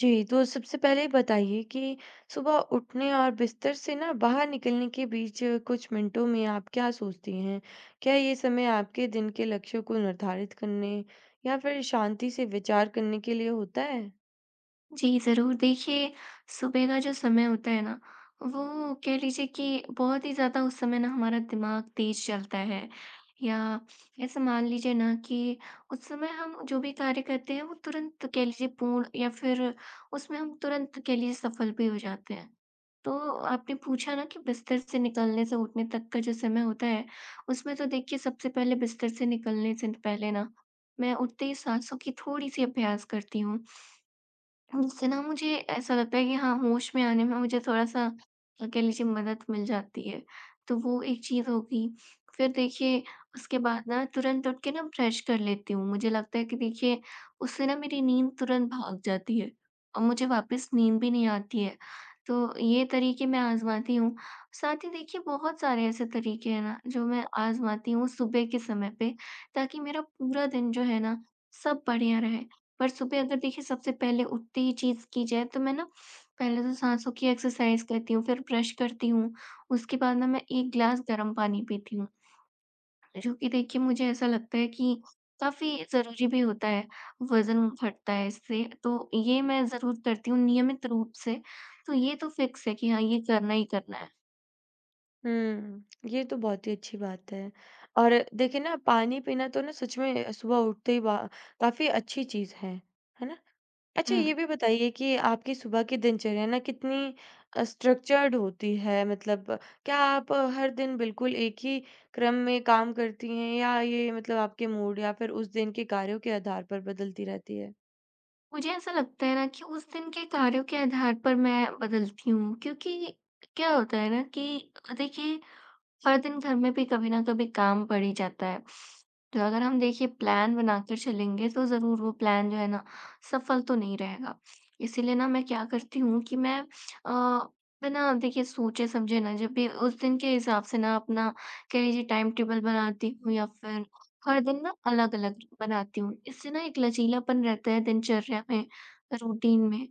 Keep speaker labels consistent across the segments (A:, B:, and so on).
A: जी, तो सबसे पहले बताइए कि सुबह उठने और बिस्तर से ना बाहर निकलने के बीच कुछ मिनटों में आप क्या सोचती हैं? क्या ये समय आपके दिन के लक्ष्यों को निर्धारित करने या फिर शांति से विचार करने के लिए होता है?
B: जी, ज़रूर। देखिए, सुबह का जो समय होता है ना, वो कह लीजिए कि बहुत ही ज़्यादा उस समय ना हमारा दिमाग तेज़ चलता है या ऐसा मान लीजिए ना कि उस समय हम जो भी कार्य करते हैं, वो तुरंत कह लीजिए पूर्ण या फिर उसमें हम तुरंत कह लीजिए सफल भी हो जाते हैं। तो आपने पूछा ना कि बिस्तर से निकलने से उठने तक का जो समय होता है, उसमें तो देखिए सबसे पहले बिस्तर से निकलने से पहले ना, मैं उठते ही साँसों की थोड़ी-सी अभ्यास करती हूँ। उससे ना मुझे ऐसा लगता है कि हाँ, होश में आने में मुझे थोड़ा-सा कह लीजिए मदद मिल जाती है। तो वो एक चीज़ होगी। फिर देखिए उसके बाद ना तुरंत उठ के ना ब्रश कर लेती हूँ। मुझे लगता है कि देखिए उससे ना मेरी नींद तुरंत भाग जाती है और मुझे वापस नींद भी नहीं आती है। तो ये तरीके मैं आज़माती हूँ। साथ ही देखिए बहुत सारे ऐसे तरीके हैं ना जो मैं आज़माती हूँ सुबह के समय पे, ताकि मेरा पूरा दिन जो है ना, सब बढ़िया रहे। पर सुबह अगर देखिए सबसे पहले उठते ही चीज़ की जाए, तो मैं ना पहले तो साँसों की एक्सरसाइज़ करती हूँ, फिर ब्रश करती हूँ, उसके बाद ना मैं 1 ग्लास गर्म पानी पीती हूँ। जो कि देखिए मुझे ऐसा लगता है कि काफ़ी ज़रूरी भी होता है, वज़न घटता है इससे, तो ये मैं ज़रूर करती हूँ नियमित रूप से। तो ये तो फ़िक्स है कि हाँ, ये करना ही करना है।
A: हुँ, ये तो बहुत ही अच्छी बात है। और देखिए ना, पानी पीना तो ना सच में सुबह उठते ही बा काफ़ी अच्छी चीज़ है। है ना? अच्छा
B: हुँ,
A: ये भी बताइए कि आपकी सुबह की दिनचर्या ना कितनी स्ट्रक्चर्ड होती है? मतलब क्या आप हर दिन बिल्कुल एक ही क्रम में काम करती हैं या ये मतलब आपके मूड या फिर उस दिन के कार्यों के आधार पर बदलती रहती है?
B: मुझे ऐसा लगता है ना कि उस दिन के कार्यों के आधार पर मैं बदलती हूँ, क्योंकि क्या होता है ना कि देखिए हर दिन घर में भी कभी न कभी काम पड़ ही जाता है। तो अगर हम देखिए प्लान बनाकर चलेंगे, तो ज़रूर वो प्लान जो है ना, सफल तो नहीं रहेगा। इसीलिए ना मैं क्या करती हूँ कि मैं अ, बिना देखिए सोचे-समझे ना, जब भी उस दिन के हिसाब से ना अपना कह लीजिए टाइम टेबल बनाती हूँ या फिर हर दिन ना अलग-अलग बनाती हूँ। इससे ना एक लचीलापन रहता है दिनचर्या में, रूटीन में,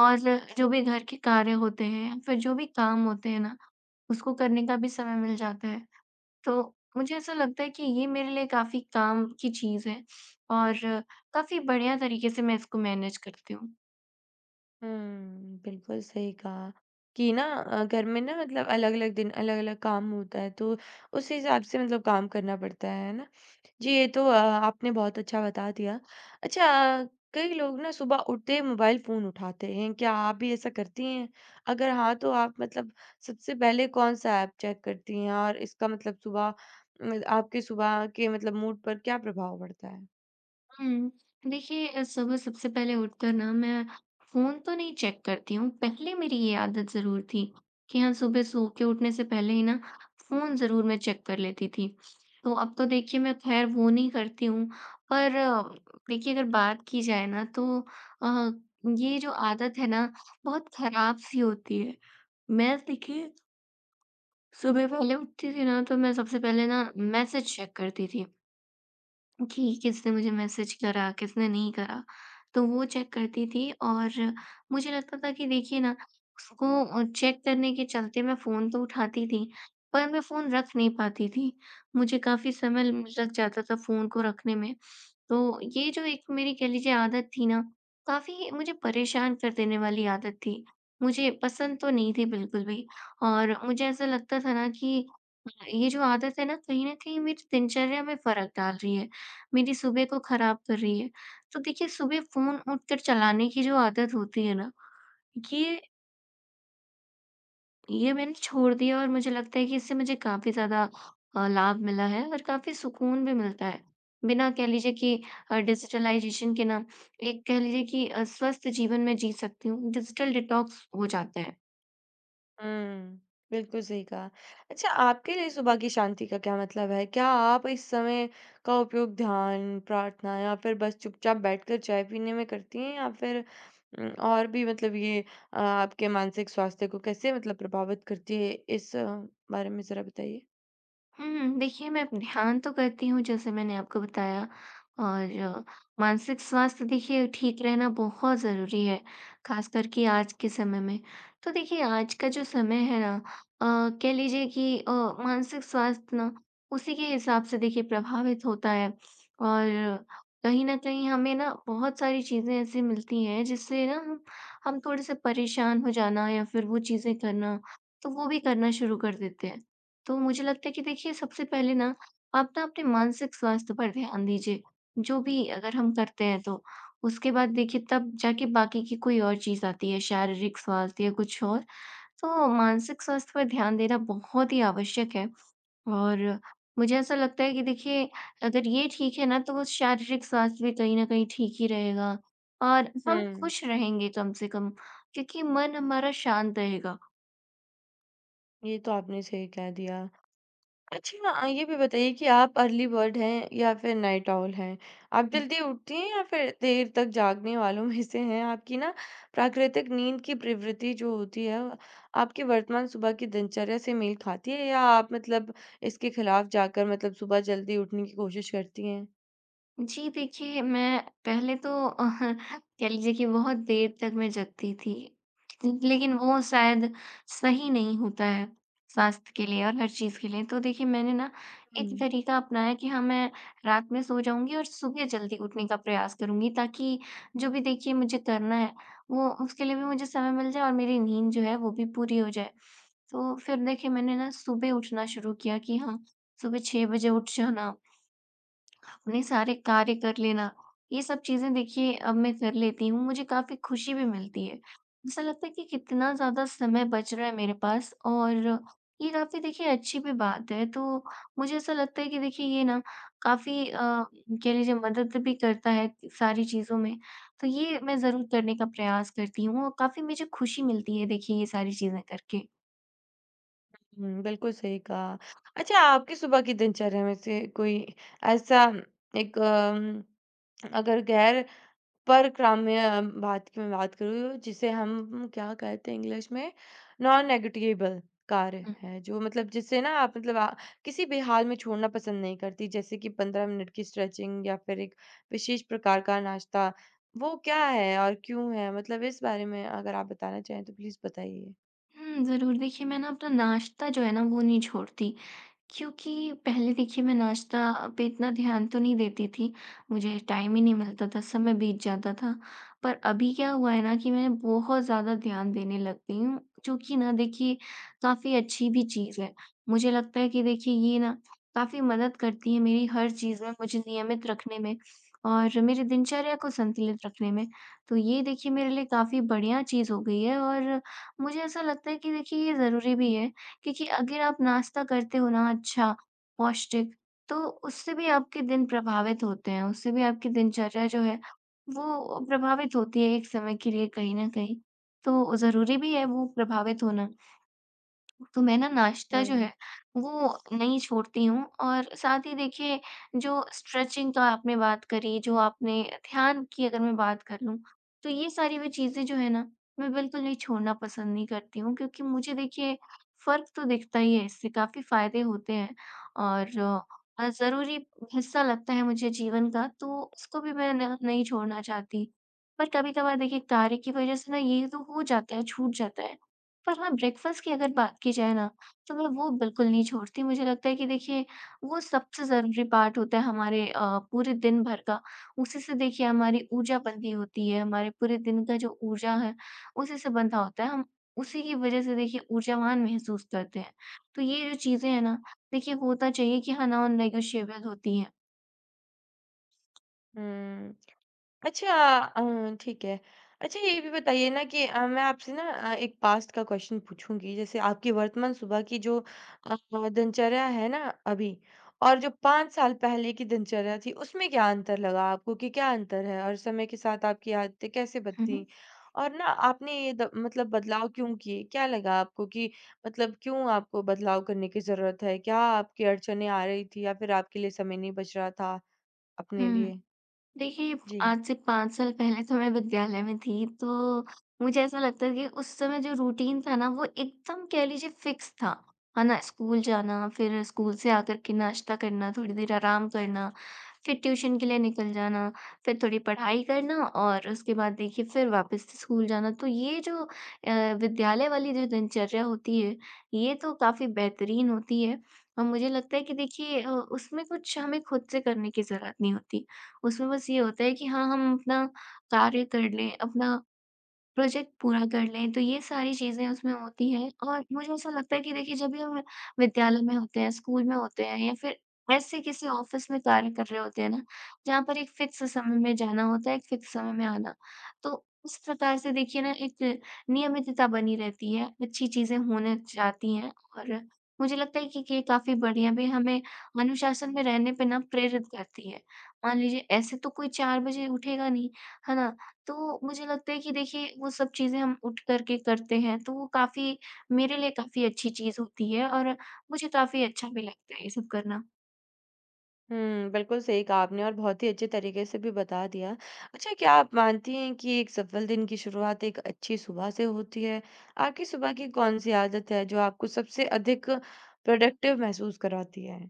B: और जो भी घर के कार्य होते हैं या फिर जो भी काम होते हैं ना, उसको करने का भी समय मिल जाता है। तो मुझे ऐसा लगता है कि ये मेरे लिए काफ़ी काम की चीज़ है और काफ़ी बढ़िया तरीके से मैं इसको मैनेज करती हूँ।
A: हुँ, बिल्कुल सही कहा कि ना घर में ना मतलब अलग-अलग दिन अलग-अलग काम होता है, तो उस हिसाब से मतलब काम करना पड़ता है ना? जी, ये तो आपने बहुत अच्छा बता दिया। अच्छा अ, कई लोग ना सुबह उठते ही मोबाइल फ़ोन उठाते हैं, क्या आप भी ऐसा करती हैं? अगर हाँ, तो आप मतलब सबसे पहले कौन-सा ऐप चेक करती हैं और इसका मतलब सुबह म आपके सुबह के मतलब मूड पर क्या प्रभाव पड़ता है?
B: हुँ। देखिए सुबह सबसे पहले उठकर ना मैं फ़ोन तो नहीं चेक करती हूँ। पहले मेरी ये आदत ज़रूर थी कि हाँ, सुबह सो के उठने से पहले ही ना, फ़ोन ज़रूर मैं चेक कर लेती थी। तो अब तो देखिए मैं ख़ैर वो नहीं करती हूँ। पर देखिए अगर बात की जाए ना, तो अ, ये जो आदत है ना, बहुत ख़राब-सी होती है। मैं देखिए सुबह पहले उठती थी ना, तो मैं सबसे पहले ना मैसेज चेक करती थी। कि किसने मुझे मैसेज करा, किसने नहीं करा, तो वो चेक करती थी। और मुझे लगता था कि देखिए ना, उसको चेक करने के चलते मैं फ़ोन तो उठाती थी, पर मैं फ़ोन रख नहीं पाती थी। मुझे काफ़ी समय ल लग जाता था फ़ोन को रखने में। तो ये जो एक मेरी कह लीजिए आदत थी ना, काफ़ी मुझे परेशान कर देने वाली आदत थी। मुझे पसंद तो नहीं थी बिल्कुल भी, और मुझे ऐसा लगता था ना कि ये जो आदत है ना, कहीं न कहीं मेरी दिनचर्या में फ़र्क डाल रही है। मेरी सुबह को खराब कर रही है। तो देखिए सुबह फ़ोन उठकर चलाने की जो आदत होती है ना, ये ये मैंने छोड़ दिया, और मुझे लगता है कि इससे मुझे काफ़ी ज़्यादा लाभ मिला है और काफ़ी सुकून भी मिलता है। बिना कह लीजिए कि डिजिटलाइज़ेशन के ना, एक कह लीजिए कि स्वस्थ जीवन मैं जी सकती हूँ, डिजिटल डिटॉक्स हो जाता है।
A: हुँ, बिल्कुल सही कहा। अच्छा आपके लिए सुबह की शांति का क्या मतलब है? क्या आप इस समय का उपयोग ध्यान, प्रार्थना या फिर बस चुपचाप बैठकर चाय पीने में करती हैं या फिर और भी मतलब ये आपके मानसिक स्वास्थ्य को कैसे मतलब प्रभावित करती है? इस बारे में ज़रा बताइए।
B: देखिए मैं ध्यान तो करती हूँ, जैसे मैंने आपको बताया। और मानसिक स्वास्थ्य देखिए ठीक रहना बहुत ज़रूरी है, ख़ास करके आज के समय में। तो देखिए आज का जो समय है ना, कह लीजिए कि मानसिक स्वास्थ्य ना उसी के हिसाब से देखिए प्रभावित होता है। और कहीं न कहीं हमें ना बहुत सारी चीज़ें ऐसी मिलती हैं, जिससे ना हम थोड़े-से परेशान हो जाना या फिर वो चीज़ें करना, तो वो भी करना शुरू कर देते हैं। तो मुझे लगता है कि देखिए सबसे पहले ना आप ना अपने मानसिक स्वास्थ्य पर ध्यान दीजिए। जो भी अगर हम करते हैं तो। उसके बाद देखिए तब जाके बाकी की कोई और चीज़ आती है, शारीरिक स्वास्थ्य या कुछ और। तो मानसिक स्वास्थ्य पर ध्यान देना बहुत ही आवश्यक है। और मुझे ऐसा लगता है कि देखिए अगर ये ठीक है ना, तो वो शारीरिक स्वास्थ्य भी कहीं न कहीं ठीक ही रहेगा, और हम
A: हुँ,
B: खुश रहेंगे कम से कम, क्योंकि मन हमारा शांत रहेगा।
A: ये तो आपने सही कह दिया। अच्छा ये भी बताइए कि आप अर्ली बर्ड हैं या फिर नाइट आउल हैं? आप जल्दी उठती हैं या फिर देर तक जागने वालों में से हैं? आपकी ना प्राकृतिक नींद की प्रवृत्ति जो होती है, वो आपकी वर्तमान सुबह की दिनचर्या से मेल खाती है या आप मतलब इसके खिलाफ जाकर मतलब सुबह जल्दी उठने की कोशिश करती हैं?
B: जी, देखिए मैं पहले तो कह लीजिए कि बहुत देर तक मैं जगती थी। लेकिन वो शायद सही नहीं होता है, स्वास्थ्य के लिए और हर चीज़ के लिए। तो देखिए मैंने ना
A: हुँ,
B: एक तरीका अपनाया कि हाँ, मैं रात में सो जाऊँगी और सुबह जल्दी उठने का प्रयास करूँगी, ताकि जो भी देखिए मुझे करना है, वो उसके लिए भी मुझे समय मिल जाए, और मेरी नींद जो है वो भी पूरी हो जाए। तो फिर देखिए मैंने ना सुबह उठना शुरू किया कि हाँ, सुबह 6 बजे उठ जाना। अपने सारे कार्य कर लेना, ये सब चीज़ें देखिए अब मैं कर लेती हूँ, मुझे काफ़ी खुशी भी मिलती है। ऐसा लगता है कि कितना ज़्यादा समय बच रहा है मेरे पास, और ये काफ़ी देखिए अच्छी भी बात है। तो मुझे ऐसा लगता है कि देखिए ये ना काफ़ी कह लीजिए मदद भी करता है सारी चीज़ों में, तो ये मैं ज़रूर करने का प्रयास करती हूँ, और काफ़ी मुझे खुशी मिलती है देखिए ये सारी चीज़ें करके।
A: हुँ, बिल्कुल सही कहा। अच्छा आपकी सुबह की दिनचर्या में से कोई ऐसा एक अगर गैर पर ग्राम्य बात की मैं बात करूँ जिसे हम क्या कहते हैं इंग्लिश में नॉन नेगोटिएबल कार्य
B: हुँ।
A: है जो मतलब जिससे ना आप मतलब किसी भी हाल में छोड़ना पसंद नहीं करती जैसे कि 15 मिनट की स्ट्रेचिंग या फिर एक विशेष प्रकार का नाश्ता वो क्या है और क्यों है मतलब इस बारे में अगर आप बताना चाहें तो प्लीज बताइए।
B: ज़रूर देखिए मैं ना अपना नाश्ता जो है ना, वो नहीं छोड़ती। क्योंकि पहले देखिए मैं नाश्ता पे इतना ध्यान तो नहीं देती थी, मुझे टाइम ही नहीं मिलता था, समय बीत जाता था। पर अभी क्या हुआ है ना कि मैं बहुत ज़्यादा ध्यान देने लग गई हूँ, जो कि ना देखिए काफ़ी अच्छी भी चीज़ है। मुझे लगता है कि देखिए ये ना काफ़ी मदद करती है मेरी हर चीज़ में, मुझे नियमित रखने में और मेरी दिनचर्या को संतुलित रखने में। तो ये देखिए मेरे लिए काफ़ी बढ़िया चीज़ हो गई है, और मुझे ऐसा लगता है कि देखिए ये ज़रूरी भी है। क्योंकि अगर आप नाश्ता करते हो ना अच्छा, पौष्टिक, तो उससे भी आपके दिन प्रभावित होते हैं, उससे भी आपकी दिनचर्या जो है, वो प्रभावित होती है एक समय के लिए कहीं न कहीं। तो ज़रूरी भी है वो प्रभावित होना। तो मैं ना नाश्ता जो है
A: हम्म।
B: वो नहीं छोड़ती हूँ। और साथ ही देखिए जो स्ट्रेचिंग का आपने बात करी, जो आपने ध्यान की अगर मैं बात कर लूँ, तो ये सारी भी चीज़ें जो है ना, मैं बिल्कुल नहीं छोड़ना पसंद नहीं करती हूँ, क्योंकि मुझे देखिए फ़र्क तो दिखता ही है, इससे काफ़ी फ़ायदे होते हैं। और ज़रूरी हिस्सा लगता है मुझे जीवन का, तो उसको भी मैं न नहीं छोड़ना चाहती। पर कभी-कभार देखिए कार्य की वज़ह से ना ये तो हो जाता है, छूट जाता है। पर हाँ, ब्रेकफ़ास्ट की अगर बात की जाए ना, तो मैं वो बिल्कुल नहीं छोड़ती। मुझे लगता है कि देखिए, वो सबसे ज़रूरी पार्ट होता है हमारे पूरे दिन भर का। उसी से देखिए हमारी ऊर्जा बनती होती है, हमारे पूरे दिन का जो ऊर्जा है, उसी से बंधा होता है। हम उसी की वज़ह से देखिए ऊर्जावान महसूस करते हैं। तो ये जो चीज़ें हैं ना, देखिए होता चाहिए कि हाँ, नॉन नेगोशिएबल होती हैं।
A: हम्म। अच्छा ठीक है। अच्छा ये भी बताइए ना कि मैं आपसे ना एक पास्ट का क्वेश्चन पूछूँगी। जैसे आपकी वर्तमान सुबह की जो अ, दिनचर्या है ना अभी और जो 5 साल पहले की दिनचर्या थी, उसमें क्या अंतर लगा आपको कि क्या अंतर है? और समय के साथ आपकी आदतें कैसे
B: हुँ,
A: बदलीं?
B: हुँ।
A: और ना आपने ये द मतलब बदलाव क्यों किए? क्या लगा आपको कि मतलब क्यों आपको बदलाव करने की ज़रूरत है? क्या आपकी अड़चनें आ रही थी या फिर आपके लिए समय नहीं बच रहा था अपने
B: हुँ।
A: लिए?
B: देखिए,
A: जी।
B: आज से 5 साल पहले तो मैं विद्यालय में थी, तो मुझे ऐसा लगता है कि उस समय जो रूटीन था ना, वो एकदम कह लीजिए फिक्स था। है ना? स्कूल जाना, फिर स्कूल से आकर के नाश्ता करना, थोड़ी देर आराम करना, फिर ट्यूशन के लिए निकल जाना, फिर थोड़ी पढ़ाई करना और उसके बाद देखिए फिर वापस से स्कूल जाना। तो ये जो विद्यालय वाली जो दिनचर्या होती है, ये तो काफ़ी बेहतरीन होती है और मुझे लगता है कि देखिए उसमें कुछ हमें खुद से करने की ज़रूरत नहीं होती। उसमें बस ये होता है कि हाँ, हम अपना कार्य कर लें, अपना प्रोजेक्ट पूरा कर लें, तो ये सारी चीज़ें उसमें होती हैं और मुझे ऐसा लगता है कि देखिए जब भी हम विद्यालय में होते हैं, स्कूल में होते हैं या फिर ऐसे किसी ऑफ़िस में कार्य कर रहे होते हैं ना, जहाँ पर एक फ़िक्स समय में जाना होता है, एक फ़िक्स समय में आना। तो इस प्रकार से देखिए ना एक नियमितता बनी रहती है, अच्छी चीज़ें होने जाती हैं और मुझे लगता है कि ये काफ़ी बढ़िया भी हमें अनुशासन में रहने पे ना प्रेरित करती है। मान लीजिए ऐसे तो कोई 4 बजे उठेगा नहीं, है ना? तो मुझे लगता है कि देखिए वो सब चीज़ें हम उठ कर के करते हैं तो वो काफ़ी मेरे लिए काफ़ी अच्छी चीज़ होती है और मुझे काफ़ी अच्छा भी लगता है ये सब करना।
A: हुँ, बिल्कुल सही कहा आपने और बहुत ही अच्छे तरीके से भी बता दिया। अच्छा क्या आप मानती हैं कि एक सफल दिन की शुरुआत एक अच्छी सुबह से होती है? आपकी सुबह की कौन-सी आदत है जो आपको सबसे अधिक प्रोडक्टिव महसूस कराती है?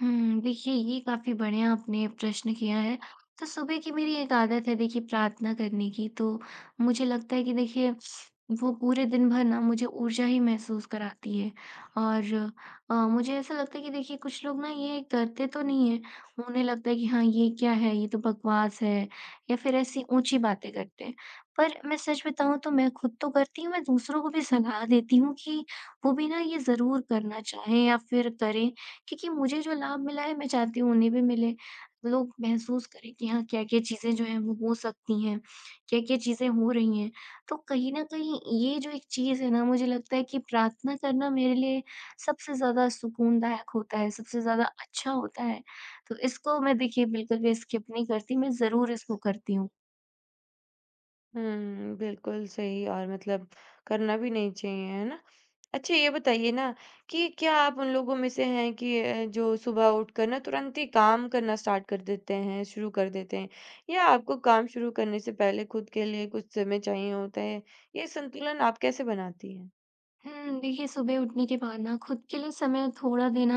B: हुँ, देखिए ये काफ़ी बढ़िया आपने प्रश्न किया है। तो सुबह की मेरी एक आदत है देखिए प्रार्थना करने की, तो मुझे लगता है कि देखिए वो पूरे दिन भर ना मुझे ऊर्जा ही महसूस कराती है। और मुझे ऐसा लगता है कि देखिए कुछ लोग ना ये करते तो नहीं हैं, उन्हें लगता है कि हाँ, ये क्या है, ये तो बकवास है या फिर ऐसी ऊँची बातें करते हैं। पर मैं सच बताऊँ तो मैं खुद तो करती हूँ, मैं दूसरों को भी सलाह देती हूँ कि वो भी ना ये ज़रूर करना चाहें या फिर करें। क्योंकि मुझे जो लाभ मिला है मैं चाहती हूँ उन्हें भी मिले। लोग महसूस करें कि हाँ, क्या-क्या चीज़ें जो हैं वो हो सकती हैं, क्या-क्या चीज़ें हो रही हैं। तो कहीं न कहीं ये जो एक चीज़ है ना मुझे लगता है कि प्रार्थना करना मेरे लिए सबसे ज़्यादा सुकूनदायक होता है, सबसे ज़्यादा अच्छा होता है। तो इसको मैं देखिए बिल्कुल भी स्किप नहीं करती, मैं ज़रूर इसको करती हूँ।
A: हुँ, बिल्कुल सही और मतलब करना भी नहीं चाहिए, है ना? अच्छा ये बताइए ना कि क्या आप उन लोगों में से हैं कि जो सुबह उठकर ना तुरंत ही काम करना स्टार्ट कर देते हैं, शुरू कर देते हैं? या आपको काम शुरू करने से पहले खुद के लिए कुछ समय चाहिए होता है? ये संतुलन आप कैसे बनाती हैं?
B: हुँ, देखिए सुबह उठने के बाद ना खुद के लिए समय थोड़ा देना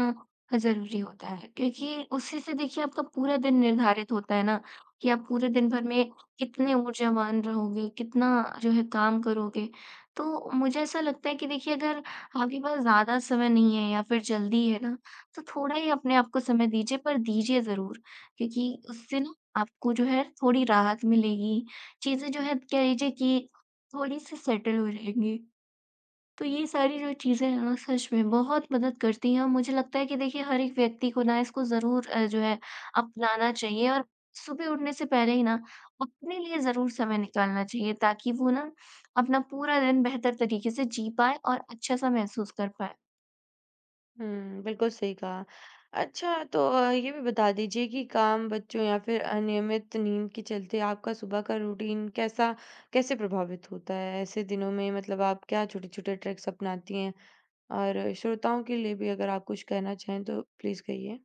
B: ज़रूरी होता है क्योंकि उसी से देखिए आपका पूरा दिन निर्धारित होता है ना कि आप पूरे दिन भर में कितने ऊर्जावान रहोगे, कितना जो है काम करोगे। तो मुझे ऐसा लगता है कि देखिए अगर आपके पास ज़्यादा समय नहीं है या फिर जल्दी है ना, तो थोड़ा ही अपने आप को समय दीजिए पर दीजिए ज़रूर, क्योंकि उससे ना आपको जो है थोड़ी राहत मिलेगी। चीज़ें जो है कह लीजिए कि थोड़ी-सी सेटल हो जाएँगी। तो ये सारी जो चीज़ें हैं ना सच में बहुत मदद करती हैं और मुझे लगता है कि देखिए हर एक व्यक्ति को ना इसको ज़रूर जो है अपनाना चाहिए और सुबह उठने से पहले ही ना अपने लिए ज़रूर समय निकालना चाहिए, ताकि वो ना अपना पूरा दिन बेहतर तरीके से जी पाए और अच्छा-सा महसूस कर पाए।
A: हुँ, बिल्कुल सही कहा। अच्छा तो ये भी बता दीजिए कि काम, बच्चों या फिर अनियमित नींद के चलते आपका सुबह का रूटीन कैसा कैसे प्रभावित होता है? ऐसे दिनों में मतलब आप क्या छोटे-छोटे ट्रिक्स अपनाती हैं? और श्रोताओं के लिए भी अगर आप कुछ कहना चाहें तो प्लीज़ कहिए।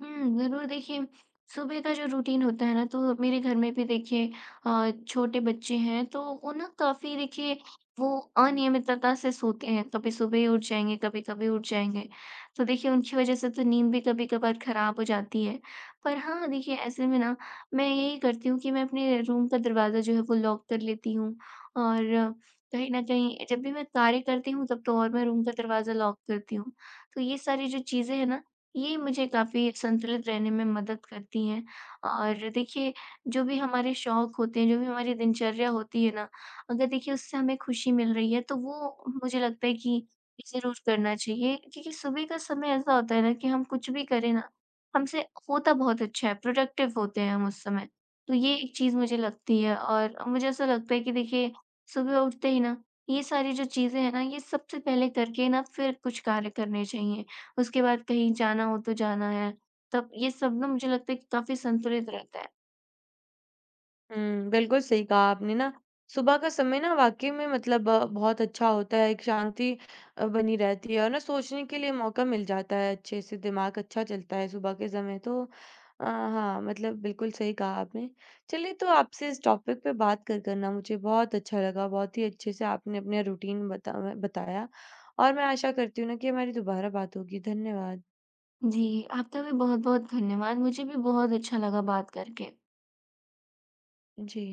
B: हुँ, ज़रूर देखिए, सुबह का जो रूटीन होता है ना तो मेरे घर में भी देखिए छोटे बच्चे हैं तो वो ना काफ़ी देखिए वो अनियमितता से सोते हैं। कभी सुबह उठ जाएँगे, कभी-कभी उठ जाएँगे। तो देखिए उनकी वज़ह से तो नींद भी कभी-कभार ख़राब हो जाती है। पर हाँ, देखिए ऐसे में ना मैं यही करती हूँ कि मैं अपने रूम का दरवाज़ा जो है वो लॉक कर लेती हूँ और कहीं न कहीं जब भी मैं कार्य करती हूँ तब तो और मैं रूम का दरवाज़ा लॉक करती हूँ। तो ये सारी जो चीज़ें हैं ना ये मुझे काफ़ी संतुलित रहने में मदद करती हैं और देखिए जो भी हमारे शौक होते हैं, जो भी हमारी दिनचर्या होती है ना, अगर देखिए उससे हमें खुशी मिल रही है तो वो मुझे लगता है कि ज़रूर करना चाहिए। क्योंकि सुबह का समय ऐसा होता है ना कि हम कुछ भी करें ना, हमसे होता बहुत अच्छा है, प्रोडक्टिव होते हैं हम उस समय। तो ये एक चीज़ मुझे लगती है और मुझे ऐसा लगता है कि देखिए सुबह उठते ही ना, ये सारी जो चीज़ें हैं ना, ये सबसे पहले करके ना फिर कुछ कार्य करने चाहिए। उसके बाद कहीं जाना हो तो जाना है। तब ये सब ना मुझे लगता है कि काफ़ी संतुलित रहता है।
A: हुँ, बिल्कुल सही कहा आपने ना, सुबह का समय ना वाक़ई में मतलब बहुत अच्छा होता है, एक शांति बनी रहती है और ना सोचने के लिए मौका मिल जाता है अच्छे से, दिमाग अच्छा चलता है सुबह के समय तो हाँ, मतलब बिल्कुल सही कहा आपने। चलिए तो आपसे इस टॉपिक पे बात कर कर ना मुझे बहुत अच्छा लगा, बहुत ही अच्छे से आपने अपना रूटीन बताया और मैं आशा करती हूँ ना कि हमारी दोबारा बात होगी। धन्यवाद।
B: जी, आपका भी बहुत-बहुत धन्यवाद। मुझे भी बहुत अच्छा लगा बात करके।
A: जी।